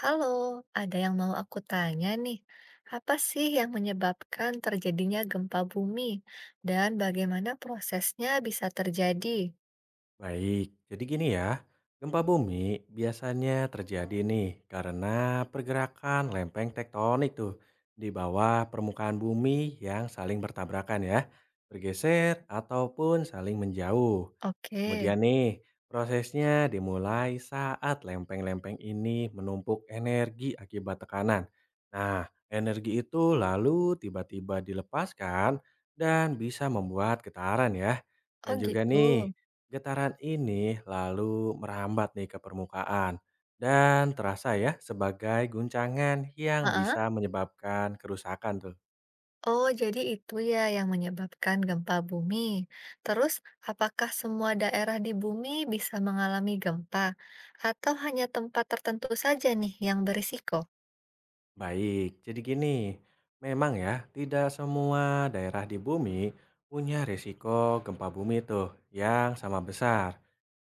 Halo, ada yang mau aku tanya nih. Apa sih yang menyebabkan terjadinya gempa bumi dan bagaimana prosesnya bisa terjadi? Baik, jadi gini ya, gempa bumi biasanya terjadi nih karena pergerakan lempeng tektonik tuh di bawah permukaan bumi yang saling bertabrakan ya, bergeser ataupun saling menjauh. Oke, Kemudian nih, prosesnya dimulai saat lempeng-lempeng ini menumpuk energi akibat tekanan. Nah, energi itu lalu tiba-tiba dilepaskan dan bisa membuat getaran ya. oh Dan juga gitu. nih, getaran ini lalu merambat nih ke permukaan. Dan terasa ya sebagai guncangan yang Heeh. bisa menyebabkan kerusakan tuh. Oh, jadi itu ya yang menyebabkan gempa bumi. Terus, apakah semua daerah di bumi bisa mengalami gempa atau hanya tempat tertentu saja nih yang berisiko? Baik, jadi gini, memang ya, tidak semua daerah di bumi punya risiko gempa bumi tuh yang sama besar.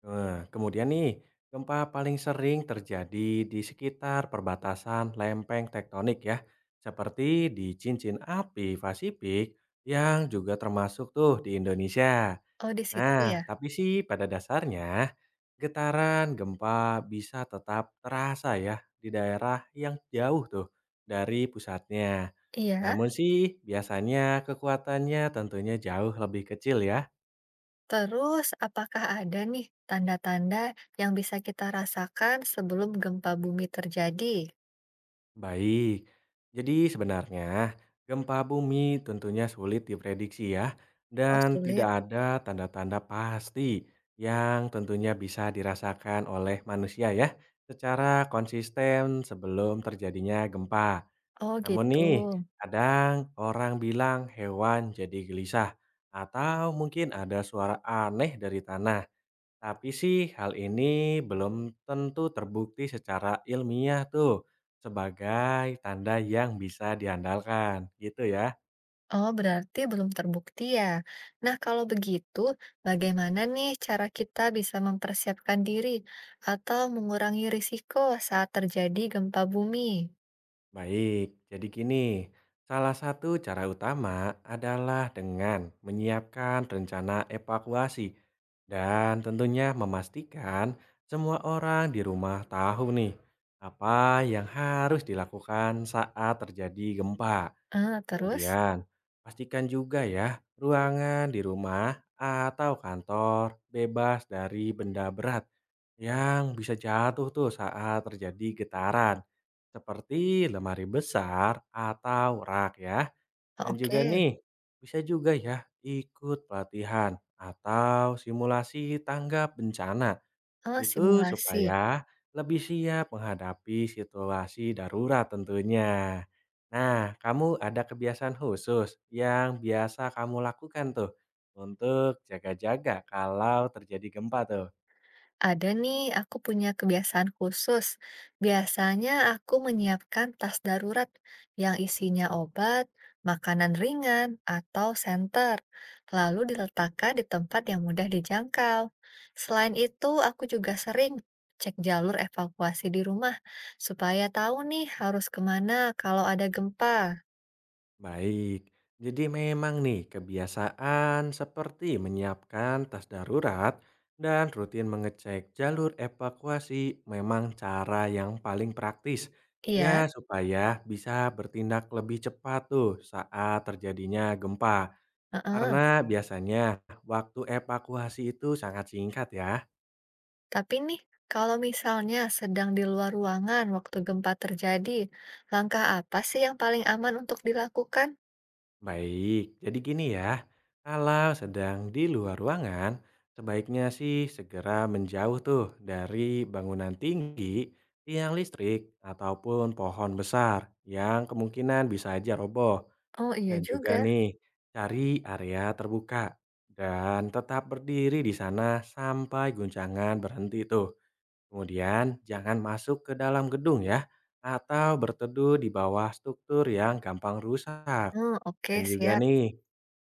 Nah, kemudian nih, gempa paling sering terjadi di sekitar perbatasan lempeng tektonik ya, seperti di cincin api Pasifik yang juga termasuk tuh di Indonesia. Oh, di situ ya. Nah, tapi sih pada dasarnya getaran gempa bisa tetap terasa ya di daerah yang jauh tuh dari pusatnya. Iya. Namun sih biasanya kekuatannya tentunya jauh lebih kecil ya. Terus, apakah ada nih tanda-tanda yang bisa kita rasakan sebelum gempa bumi terjadi? Baik, jadi sebenarnya gempa bumi tentunya sulit diprediksi ya, Oh, dan sulit. tidak ada tanda-tanda pasti yang tentunya bisa dirasakan oleh manusia ya secara konsisten sebelum terjadinya gempa. Oh, Namun gitu. nih, kadang orang bilang hewan jadi gelisah atau mungkin ada suara aneh dari tanah. Tapi sih hal ini belum tentu terbukti secara ilmiah tuh sebagai tanda yang bisa diandalkan gitu ya. Oh, berarti belum terbukti ya. Nah, kalau begitu, bagaimana nih cara kita bisa mempersiapkan diri atau mengurangi risiko saat terjadi gempa bumi? Baik, jadi gini, salah satu cara utama adalah dengan menyiapkan rencana evakuasi dan tentunya memastikan semua orang di rumah tahu nih apa yang harus dilakukan saat terjadi gempa. Ah terus? Kemudian, pastikan juga ya, ruangan di rumah atau kantor bebas dari benda berat yang bisa jatuh tuh saat terjadi getaran, seperti lemari besar atau rak ya. Oh, Dan juga oke. nih, bisa juga ya ikut pelatihan atau simulasi tanggap bencana Eh, itu simulasi. supaya lebih siap menghadapi situasi darurat tentunya. Nah, kamu ada kebiasaan khusus yang biasa kamu lakukan tuh untuk jaga-jaga kalau terjadi gempa tuh? Ada nih, aku punya kebiasaan khusus. Biasanya aku menyiapkan tas darurat yang isinya obat, makanan ringan, atau senter, lalu diletakkan di tempat yang mudah dijangkau. Selain itu, aku juga sering cek jalur evakuasi di rumah supaya tahu nih harus kemana kalau ada gempa. Baik, jadi memang nih kebiasaan seperti menyiapkan tas darurat dan rutin mengecek jalur evakuasi memang cara yang paling praktis Iya, ya supaya bisa bertindak lebih cepat tuh saat terjadinya gempa. heeh. Karena biasanya waktu evakuasi itu sangat singkat ya. Tapi nih, kalau misalnya sedang di luar ruangan waktu gempa terjadi, langkah apa sih yang paling aman untuk dilakukan? Baik, jadi gini ya, kalau sedang di luar ruangan, sebaiknya sih segera menjauh tuh dari bangunan tinggi, tiang listrik, ataupun pohon besar yang kemungkinan bisa aja roboh. Oh iya Dan juga juga. nih, cari area terbuka dan tetap berdiri di sana sampai guncangan berhenti tuh. Kemudian jangan masuk ke dalam gedung ya, atau berteduh di bawah struktur yang gampang rusak. Hmm, oke, Dan juga siap. nih,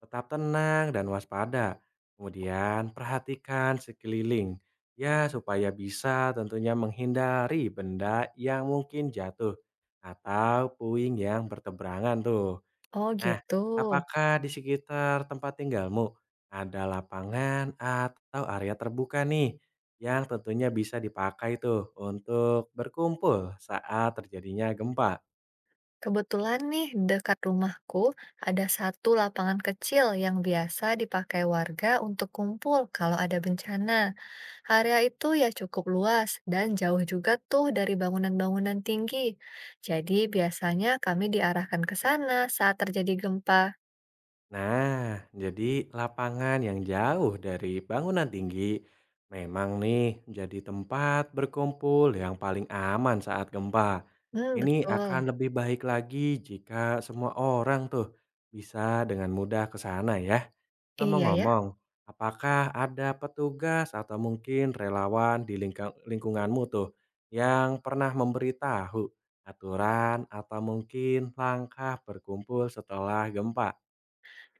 tetap tenang dan waspada. Kemudian perhatikan sekeliling, ya supaya bisa tentunya menghindari benda yang mungkin jatuh atau puing yang berteberangan tuh. Oh Nah, gitu. apakah di sekitar tempat tinggalmu ada lapangan atau area terbuka nih yang tentunya bisa dipakai tuh untuk berkumpul saat terjadinya gempa? Kebetulan nih, dekat rumahku ada satu lapangan kecil yang biasa dipakai warga untuk kumpul kalau ada bencana. Area itu ya cukup luas dan jauh juga tuh dari bangunan-bangunan tinggi. Jadi biasanya kami diarahkan ke sana saat terjadi gempa. Nah, jadi lapangan yang jauh dari bangunan tinggi memang nih jadi tempat berkumpul yang paling aman saat gempa. Hmm Ini betul. akan lebih baik lagi jika semua orang tuh bisa dengan mudah ke sana ya. Iya ya. Ngomong-ngomong, apakah ada petugas atau mungkin relawan di lingkunganmu tuh yang pernah memberitahu aturan atau mungkin langkah berkumpul setelah gempa?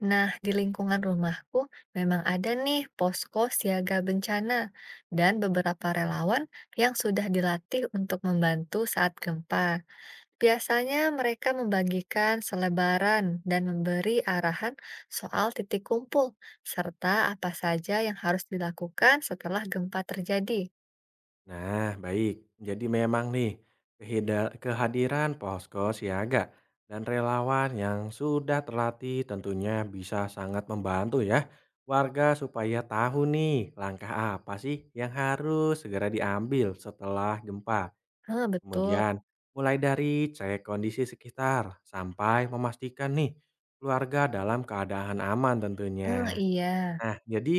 Nah, di lingkungan rumahku memang ada nih posko siaga bencana dan beberapa relawan yang sudah dilatih untuk membantu saat gempa. Biasanya mereka membagikan selebaran dan memberi arahan soal titik kumpul serta apa saja yang harus dilakukan setelah gempa terjadi. Nah, baik. Jadi memang nih, kehadiran posko siaga dan relawan yang sudah terlatih tentunya bisa sangat membantu ya warga supaya tahu nih langkah apa sih yang harus segera diambil setelah gempa. Heeh, betul. Kemudian mulai dari cek kondisi sekitar sampai memastikan nih keluarga dalam keadaan aman Eee, tentunya. iya. Nah, jadi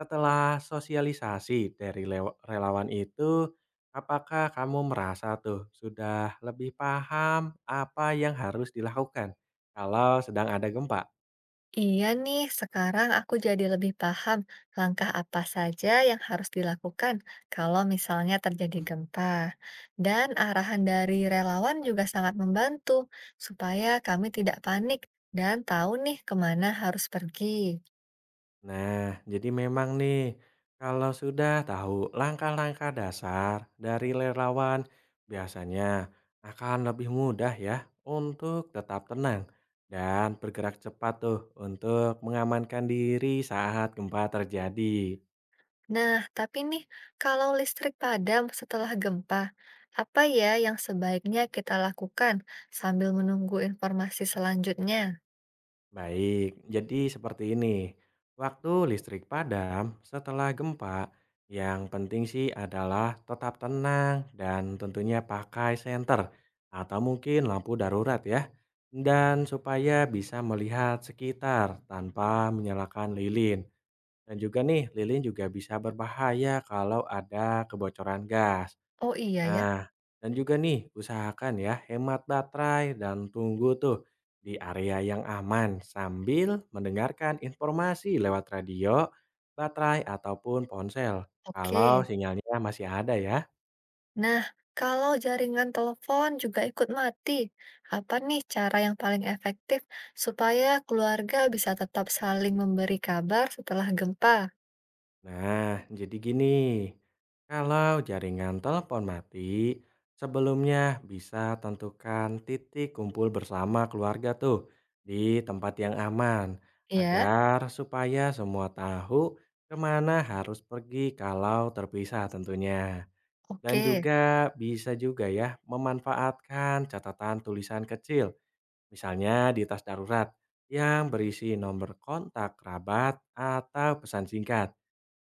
setelah sosialisasi dari lewa relawan itu, apakah kamu merasa tuh sudah lebih paham apa yang harus dilakukan kalau sedang ada gempa? Iya nih, sekarang aku jadi lebih paham langkah apa saja yang harus dilakukan kalau misalnya terjadi gempa. Dan arahan dari relawan juga sangat membantu supaya kami tidak panik dan tahu nih kemana harus pergi. Nah, jadi memang nih, kalau sudah tahu langkah-langkah dasar dari relawan, biasanya akan lebih mudah ya untuk tetap tenang dan bergerak cepat tuh untuk mengamankan diri saat gempa terjadi. Nah, tapi nih, kalau listrik padam setelah gempa, apa ya yang sebaiknya kita lakukan sambil menunggu informasi selanjutnya? Baik, jadi seperti ini. Waktu listrik padam setelah gempa, yang penting sih adalah tetap tenang dan tentunya pakai senter atau mungkin lampu darurat ya. Dan supaya bisa melihat sekitar tanpa menyalakan lilin. Dan juga nih, lilin juga bisa berbahaya kalau ada kebocoran gas. Oh iya ya, Nah, dan juga nih usahakan ya hemat baterai dan tunggu tuh di area yang aman sambil mendengarkan informasi lewat radio, baterai ataupun ponsel kalau oke. sinyalnya masih ada ya. Nah, kalau jaringan telepon juga ikut mati, apa nih cara yang paling efektif supaya keluarga bisa tetap saling memberi kabar setelah gempa? Nah, jadi gini, kalau jaringan telepon mati, sebelumnya bisa tentukan titik kumpul bersama keluarga tuh di tempat yang aman, Ya, agar supaya semua tahu kemana harus pergi kalau terpisah tentunya. Dan oke. juga bisa juga ya memanfaatkan catatan tulisan kecil, misalnya di tas darurat yang berisi nomor kontak kerabat atau pesan singkat.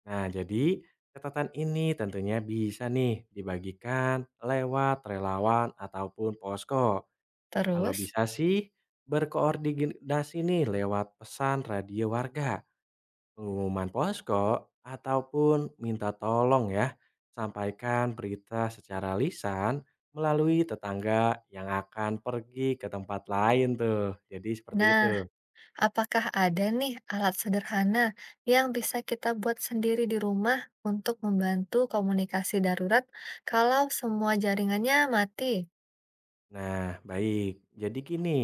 Nah, jadi catatan ini tentunya bisa nih dibagikan lewat relawan ataupun posko. Kalau Terus, bisa sih berkoordinasi nih lewat pesan radio warga, pengumuman posko, ataupun minta tolong ya. Sampaikan berita secara lisan melalui tetangga yang akan pergi ke tempat lain tuh. Jadi seperti nah, itu. apakah ada nih alat sederhana yang bisa kita buat sendiri di rumah untuk membantu komunikasi darurat kalau semua jaringannya mati? Nah, baik. Jadi gini,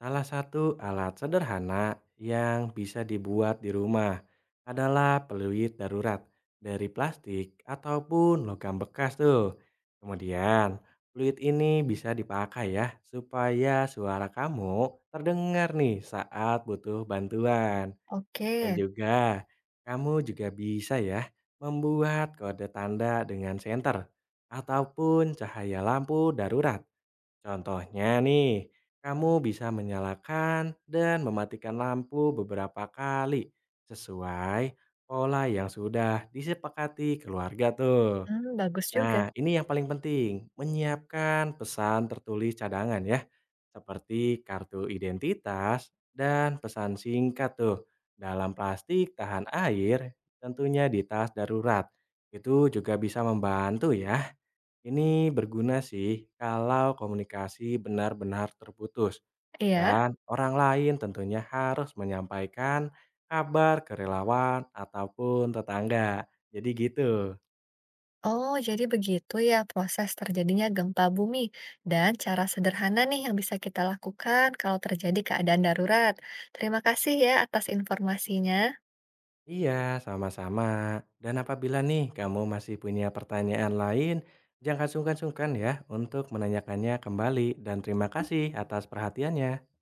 salah satu alat sederhana yang bisa dibuat di rumah adalah peluit darurat dari plastik ataupun logam bekas tuh. Kemudian, peluit ini bisa dipakai ya supaya suara kamu terdengar nih saat butuh bantuan. Dan Oke, juga, kamu juga bisa ya membuat kode tanda dengan senter ataupun cahaya lampu darurat. Contohnya nih, kamu bisa menyalakan dan mematikan lampu beberapa kali sesuai pola yang sudah disepakati keluarga tuh. hmm, bagus juga. Nah, ini yang paling penting, menyiapkan pesan tertulis cadangan ya, seperti kartu identitas dan pesan singkat tuh dalam plastik tahan air, tentunya di tas darurat. Itu juga bisa membantu ya. Ini berguna sih kalau komunikasi benar-benar terputus Iya. dan orang lain tentunya harus menyampaikan kabar ke relawan ataupun tetangga. Jadi gitu. Oh, jadi begitu ya proses terjadinya gempa bumi dan cara sederhana nih yang bisa kita lakukan kalau terjadi keadaan darurat. Terima kasih ya atas informasinya. Iya, sama-sama. Dan apabila nih kamu masih punya pertanyaan lain, jangan sungkan-sungkan ya untuk menanyakannya kembali dan terima kasih atas perhatiannya.